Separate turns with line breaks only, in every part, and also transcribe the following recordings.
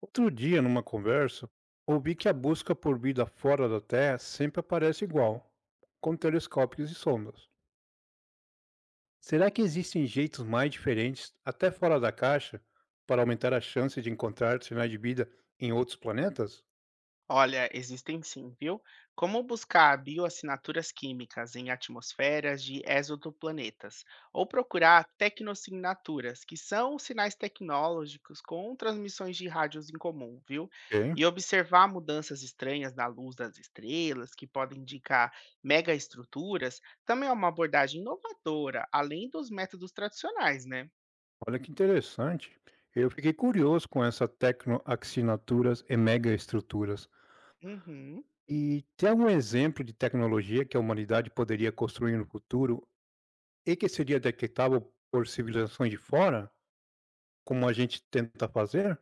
Outro dia, numa conversa, ouvi que a busca por vida fora da Terra sempre aparece igual, com telescópios e sondas. Será que existem jeitos mais diferentes, até fora da caixa, para aumentar a chance de encontrar sinais de vida em outros planetas?
Olha, existem sim, viu? Como buscar bioassinaturas químicas em atmosferas de exoplanetas, ou procurar tecnossignaturas, que são sinais tecnológicos com transmissões de rádios em comum, viu?
Bem,
E observar mudanças estranhas na luz das estrelas, que podem indicar megaestruturas, também é uma abordagem inovadora, além dos métodos tradicionais, né?
olha que interessante. Eu fiquei curioso com essa tecnoaxinaturas e megaestruturas.
Uhum.
E tem algum exemplo de tecnologia que a humanidade poderia construir no futuro e que seria detectável por civilizações de fora? Como a gente tenta fazer?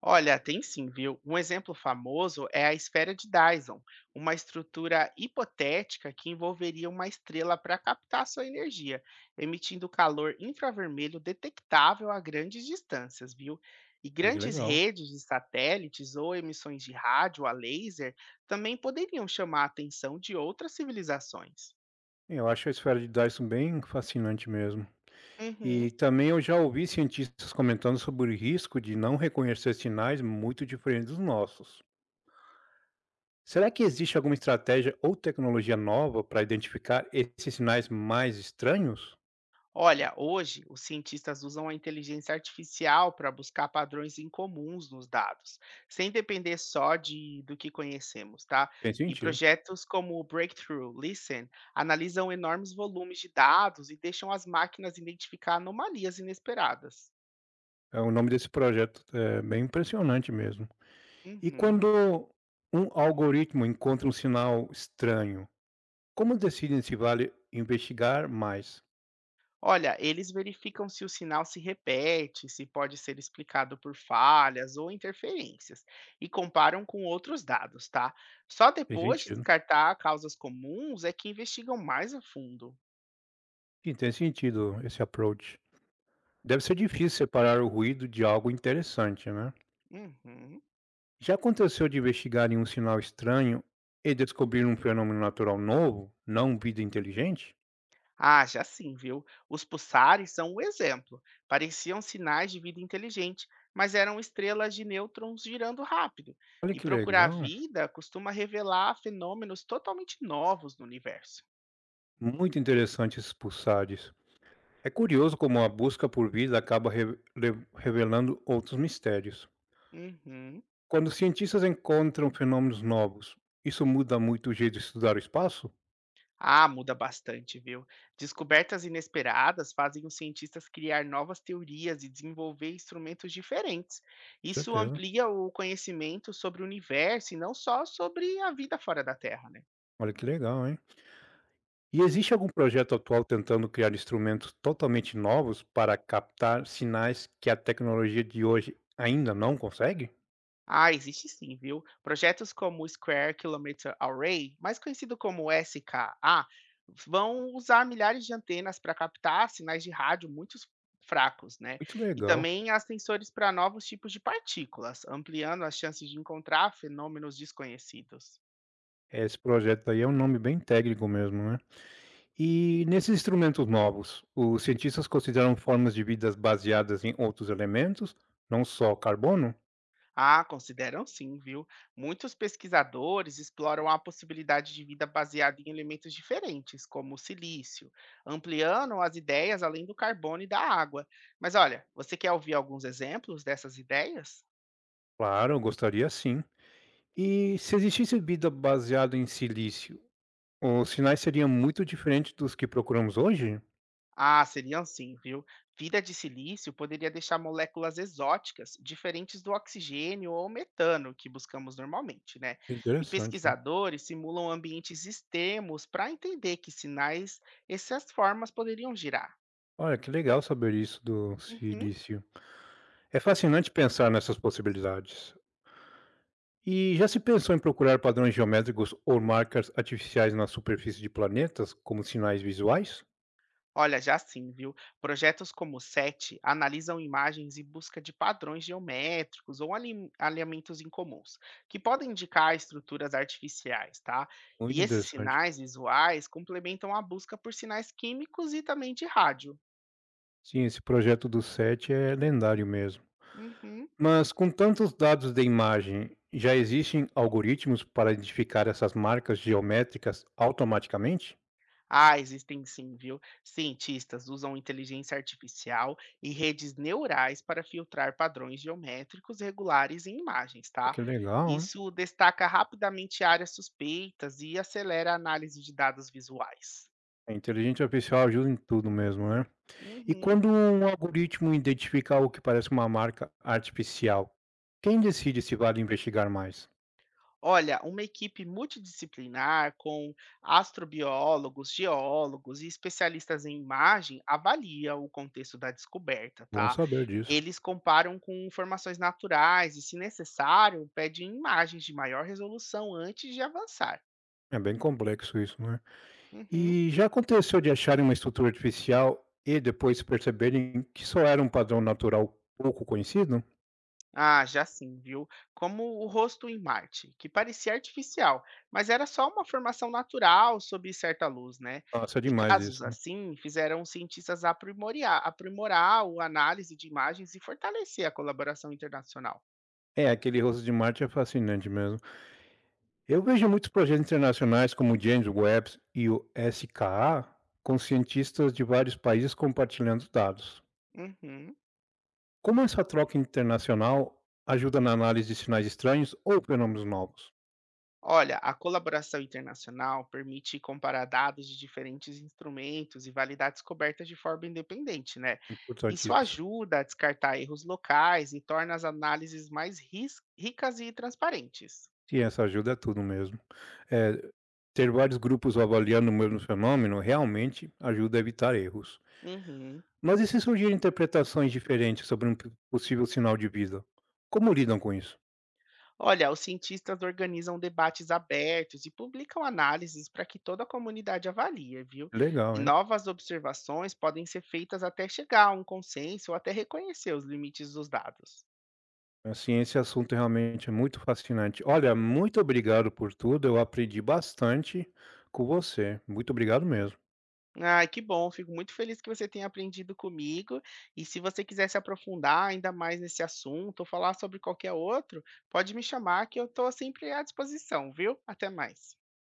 Olha, tem sim, viu? Um exemplo famoso é a esfera de Dyson, uma estrutura hipotética que envolveria uma estrela para captar sua energia, emitindo calor infravermelho detectável a grandes distâncias, viu? E
Ah, que
grandes
legal.
redes de satélites ou emissões de rádio a laser também poderiam chamar a atenção de outras civilizações.
Eu acho a esfera de Dyson bem fascinante mesmo.
Uhum.
E também eu já ouvi cientistas comentando sobre o risco de não reconhecer sinais muito diferentes dos nossos. Será que existe alguma estratégia ou tecnologia nova para identificar esses sinais mais estranhos?
Olha, hoje os cientistas usam a inteligência artificial para buscar padrões incomuns nos dados, sem depender só do que conhecemos, tá?
Tem
E
sentido.
projetos como o Breakthrough Listen analisam enormes volumes de dados e deixam as máquinas identificar anomalias inesperadas.
É, o nome desse projeto é bem impressionante mesmo. E
Uhum.
quando um algoritmo encontra um sinal estranho, como decidem se vale investigar mais?
Olha, eles verificam se o sinal se repete, se pode ser explicado por falhas ou interferências, e comparam com outros dados, tá? Só
Tem
depois de
sentido.
descartar causas comuns é que investigam mais a fundo.
Sim, tem sentido esse approach. Deve ser difícil separar o ruído de algo interessante, né?
Uhum.
Já aconteceu de investigarem um sinal estranho e descobrir um fenômeno natural novo, não vida inteligente?
Ah, já sim, viu? Os pulsares são um exemplo. Pareciam sinais de vida inteligente, mas eram estrelas de nêutrons girando rápido.
Olha
E
que
procurar
legal.
vida costuma revelar fenômenos totalmente novos no universo.
Muito interessante esses pulsares. É curioso como a busca por vida acaba revelando outros mistérios.
Uhum.
Quando cientistas encontram fenômenos novos, isso muda muito o jeito de estudar o espaço?
Ah, muda bastante, viu? Descobertas inesperadas fazem os cientistas criar novas teorias e desenvolver instrumentos diferentes. Isso
Certeza.
amplia o conhecimento sobre o universo e não só sobre a vida fora da Terra, né?
Olha que legal, hein? E existe algum projeto atual tentando criar instrumentos totalmente novos para captar sinais que a tecnologia de hoje ainda não consegue?
Ah, existe sim, viu? Projetos como o Square Kilometer Array, mais conhecido como SKA, vão usar milhares de antenas para captar sinais de rádio muito fracos, né?
Muito
E
legal.
também há sensores para novos tipos de partículas, ampliando as chances de encontrar fenômenos desconhecidos.
Esse projeto aí é um nome bem técnico mesmo, né? E nesses instrumentos novos, os cientistas consideram formas de vidas baseadas em outros elementos, não só carbono?
Ah, consideram sim, viu? Muitos pesquisadores exploram a possibilidade de vida baseada em elementos diferentes, como o silício, ampliando as ideias além do carbono e da água. Mas olha, você quer ouvir alguns exemplos dessas ideias?
Claro, eu gostaria sim. E se existisse vida baseada em silício, os sinais seriam muito diferentes dos que procuramos hoje?
Ah, seriam sim, viu? Vida de silício poderia deixar moléculas exóticas, diferentes do oxigênio ou metano que buscamos normalmente, né? E
Interessante.
pesquisadores simulam ambientes extremos para entender que sinais essas formas poderiam girar.
Olha, que legal saber isso do
Uhum.
silício. É fascinante pensar nessas possibilidades. E já se pensou em procurar padrões geométricos ou marcas artificiais na superfície de planetas como sinais visuais?
Olha, já sim, viu? Projetos como o SET analisam imagens em busca de padrões geométricos ou alinhamentos incomuns, que podem indicar estruturas artificiais, tá? E
Muito
esses
interessante.
sinais visuais complementam a busca por sinais químicos e também de rádio.
Sim, esse projeto do SET é lendário mesmo.
Uhum.
Mas com tantos dados de imagem, já existem algoritmos para identificar essas marcas geométricas automaticamente?
Ah, existem sim, viu? Cientistas usam inteligência artificial e redes neurais para filtrar padrões geométricos regulares em imagens,
Ah,
tá?
que legal, né?
Isso destaca rapidamente áreas suspeitas e acelera a análise de dados visuais.
A inteligência artificial ajuda em tudo mesmo, né? E
Uhum.
quando um algoritmo identifica o que parece uma marca artificial, quem decide se vale investigar mais?
Olha, uma equipe multidisciplinar com astrobiólogos, geólogos e especialistas em imagem avalia o contexto da descoberta,
Bom
tá?
saber disso.
Eles comparam com informações naturais e, se necessário, pedem imagens de maior resolução antes de avançar.
É bem complexo isso, né?
Uhum.
E já aconteceu de acharem uma estrutura artificial e depois perceberem que só era um padrão natural pouco conhecido?
Ah, já sim, viu? Como o rosto em Marte, que parecia artificial, mas era só uma formação natural sob certa luz, né?
Nossa, é
E
demais
casos
isso.
assim fizeram os cientistas aprimorar a análise de imagens e fortalecer a colaboração internacional.
É, aquele rosto de Marte é fascinante mesmo. Eu vejo muitos projetos internacionais, como o James Webb e o SKA, com cientistas de vários países compartilhando dados.
Uhum.
Como essa troca internacional ajuda na análise de sinais estranhos ou fenômenos novos?
Olha, a colaboração internacional permite comparar dados de diferentes instrumentos e validar descobertas de forma independente, né?
Importante
Isso
isso.
ajuda a descartar erros locais e torna as análises mais ricas e transparentes.
Sim, essa ajuda é tudo mesmo. É, ter vários grupos avaliando o mesmo fenômeno realmente ajuda a evitar erros.
Uhum.
Mas e se surgirem interpretações diferentes sobre um possível sinal de vida? Como lidam com isso?
Olha, os cientistas organizam debates abertos e publicam análises para que toda a comunidade avalie, viu?
Legal,
E
hein?
novas observações podem ser feitas até chegar a um consenso ou até reconhecer os limites dos dados.
Assim, esse assunto realmente é muito fascinante. Olha, muito obrigado por tudo, eu aprendi bastante com você. Muito obrigado mesmo.
Ah, que bom, fico muito feliz que você tenha aprendido comigo. E se você quiser se aprofundar ainda mais nesse assunto ou falar sobre qualquer outro, pode me chamar que eu estou sempre à disposição, viu? Até mais.